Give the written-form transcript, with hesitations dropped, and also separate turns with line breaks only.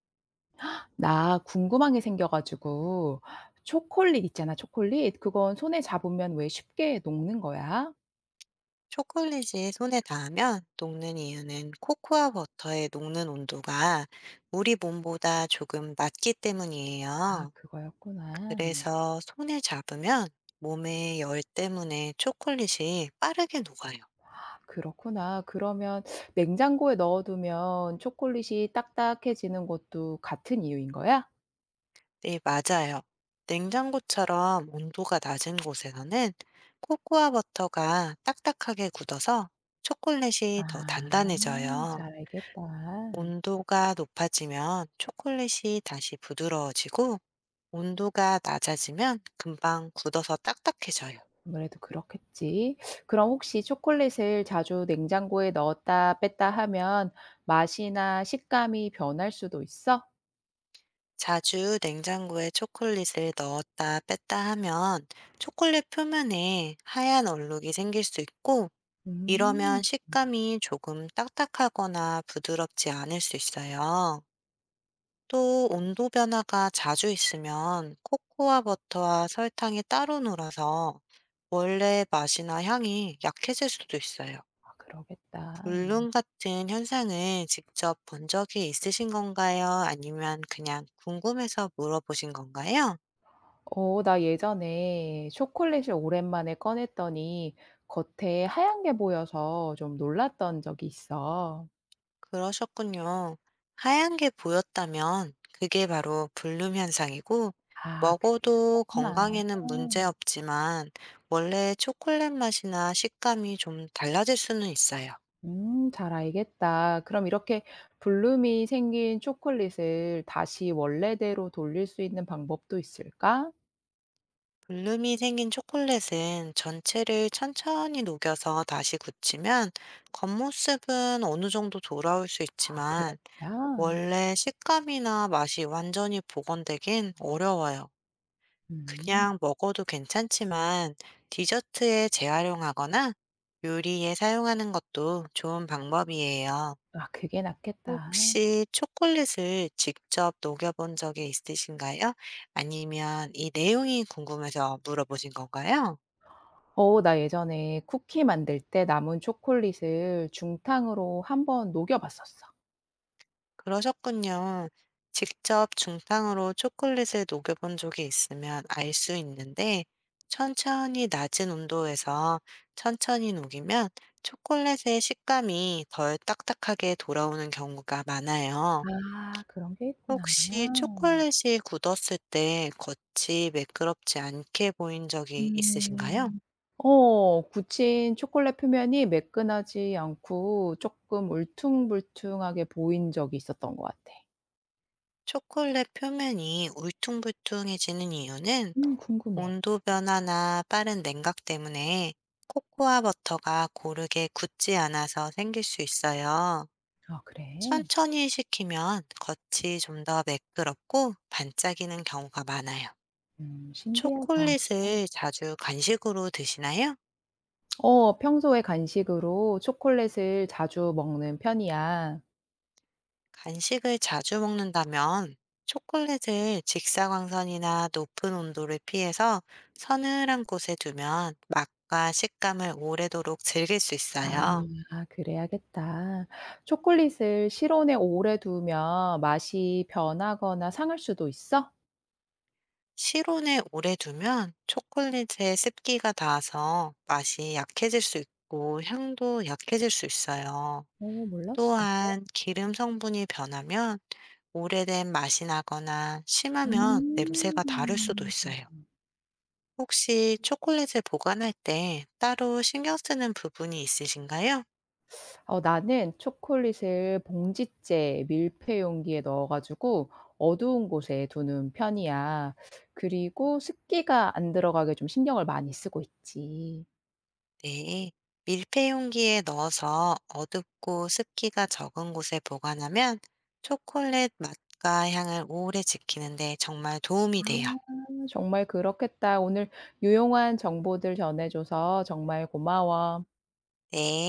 나 궁금한 게 생겨가지고 초콜릿 있잖아, 초콜릿. 그건 손에 잡으면 왜 쉽게 녹는 거야?
초콜릿이 손에 닿으면 녹는 이유는 코코아 버터의 녹는 온도가 우리 몸보다 조금 낮기
아,
때문이에요.
그거였구나.
그래서 손에 잡으면 몸의 열 때문에 초콜릿이 빠르게 녹아요.
그렇구나. 그러면 냉장고에 넣어두면 초콜릿이 딱딱해지는 것도 같은 이유인 거야?
네, 맞아요. 냉장고처럼 온도가 낮은 곳에서는 코코아 버터가 딱딱하게 굳어서
아,
초콜릿이 더 단단해져요.
잘 알겠다.
온도가 높아지면 초콜릿이 다시 부드러워지고 온도가 낮아지면 금방 굳어서 딱딱해져요.
아무래도 그렇겠지. 그럼 혹시 초콜릿을 자주 냉장고에 넣었다 뺐다 하면 맛이나 식감이 변할 수도 있어?
자주 냉장고에 초콜릿을 넣었다 뺐다 하면 초콜릿 표면에 하얀 얼룩이 생길 수 있고 이러면
음,
식감이 조금 딱딱하거나 부드럽지 않을 수 있어요. 또 온도 변화가 자주 있으면 코코아 버터와 설탕이 따로 놀아서 원래 맛이나 향이 약해질 수도 있어요.
아, 그러겠다.
불륜 같은 현상을 직접 본 적이 있으신 건가요? 아니면 그냥 궁금해서 물어보신 건가요?
어, 나 예전에 초콜릿을 오랜만에 꺼냈더니 겉에 하얀 게 보여서 좀 놀랐던 적이 있어.
그러셨군요. 하얀 게 보였다면 그게 바로 불룸 현상이고,
아, 그게
먹어도
그거구나.
건강에는 문제 없지만, 원래 초콜릿 맛이나 식감이 좀 달라질 수는 있어요.
잘 알겠다. 그럼 이렇게 불룸이 생긴 초콜릿을 다시 원래대로 돌릴 수 있는 방법도 있을까?
불룸이 생긴 초콜릿은 전체를 천천히 녹여서 다시 굳히면 겉모습은 어느 정도 돌아올 수
아, 그런
있지만,
거야?
원래 식감이나 맛이 완전히 복원되긴 어려워요.
음,
그냥 먹어도 괜찮지만 디저트에 재활용하거나 요리에 사용하는 것도 좋은 방법이에요.
아, 그게 낫겠다.
혹시 초콜릿을 직접 녹여본 적이 있으신가요? 아니면 이 내용이 궁금해서 물어보신 건가요?
어, 나 예전에 쿠키 만들 때 남은 초콜릿을 중탕으로 한번 녹여봤었어.
그러셨군요. 직접 중탕으로 초콜릿을 녹여본 적이 있으면 알 수 있는데, 천천히 낮은 온도에서 천천히 녹이면 초콜릿의 식감이 덜 딱딱하게 돌아오는 경우가 많아요.
아 그런 게 있구나.
혹시 초콜릿이 굳었을 때 겉이 매끄럽지 않게 보인 적이 있으신가요?
음. 어 굳힌 초콜릿 표면이 매끈하지 않고 쪼끔 울퉁불퉁하게 보인 적이 있었던 것 같아.
초콜릿 표면이 울퉁불퉁해지는 이유는
궁금해.
온도 변화나 빠른 냉각 때문에 코코아 버터가 고르게 굳지 않아서 생길 수 있어요.
아 그래?
천천히 식히면 겉이 좀 더 매끄럽고 반짝이는 경우가 많아요.
신기하다.
초콜릿을 자주 간식으로 드시나요?
어 평소에 간식으로 초콜릿을 자주 먹는 편이야.
간식을 자주 먹는다면 초콜릿을 직사광선이나 높은 온도를 피해서 서늘한 곳에 두면 맛과 식감을 오래도록 즐길 수 있어요.
아 그래야겠다. 초콜릿을 실온에 오래 두면 맛이 변하거나 상할 수도 있어?
실온에 오래 두면 초콜릿에 습기가 닿아서 맛이 약해질 수 있고 향도 약해질 수 있어요.
어 몰랐어.
또한 기름 성분이 변하면 오래된 맛이 나거나 심하면 냄새가 다를 수도
음.
있어요. 혹시 초콜릿을 보관할 때 따로 신경 쓰는 부분이 있으신가요?
어 나는 초콜릿을 봉지째 밀폐 용기에 넣어 가지고 어두운 곳에 두는 편이야. 그리고 습기가 안 들어가게 좀 신경을 많이 쓰고 있지.
네. 밀폐 용기에 넣어서 어둡고 습기가 적은 곳에 보관하면 초콜릿 맛과 향을 오래 지키는데 정말 도움이
아.
돼요.
정말 그렇겠다. 오늘 유용한 정보들 전해 줘서 정말 고마워.
네.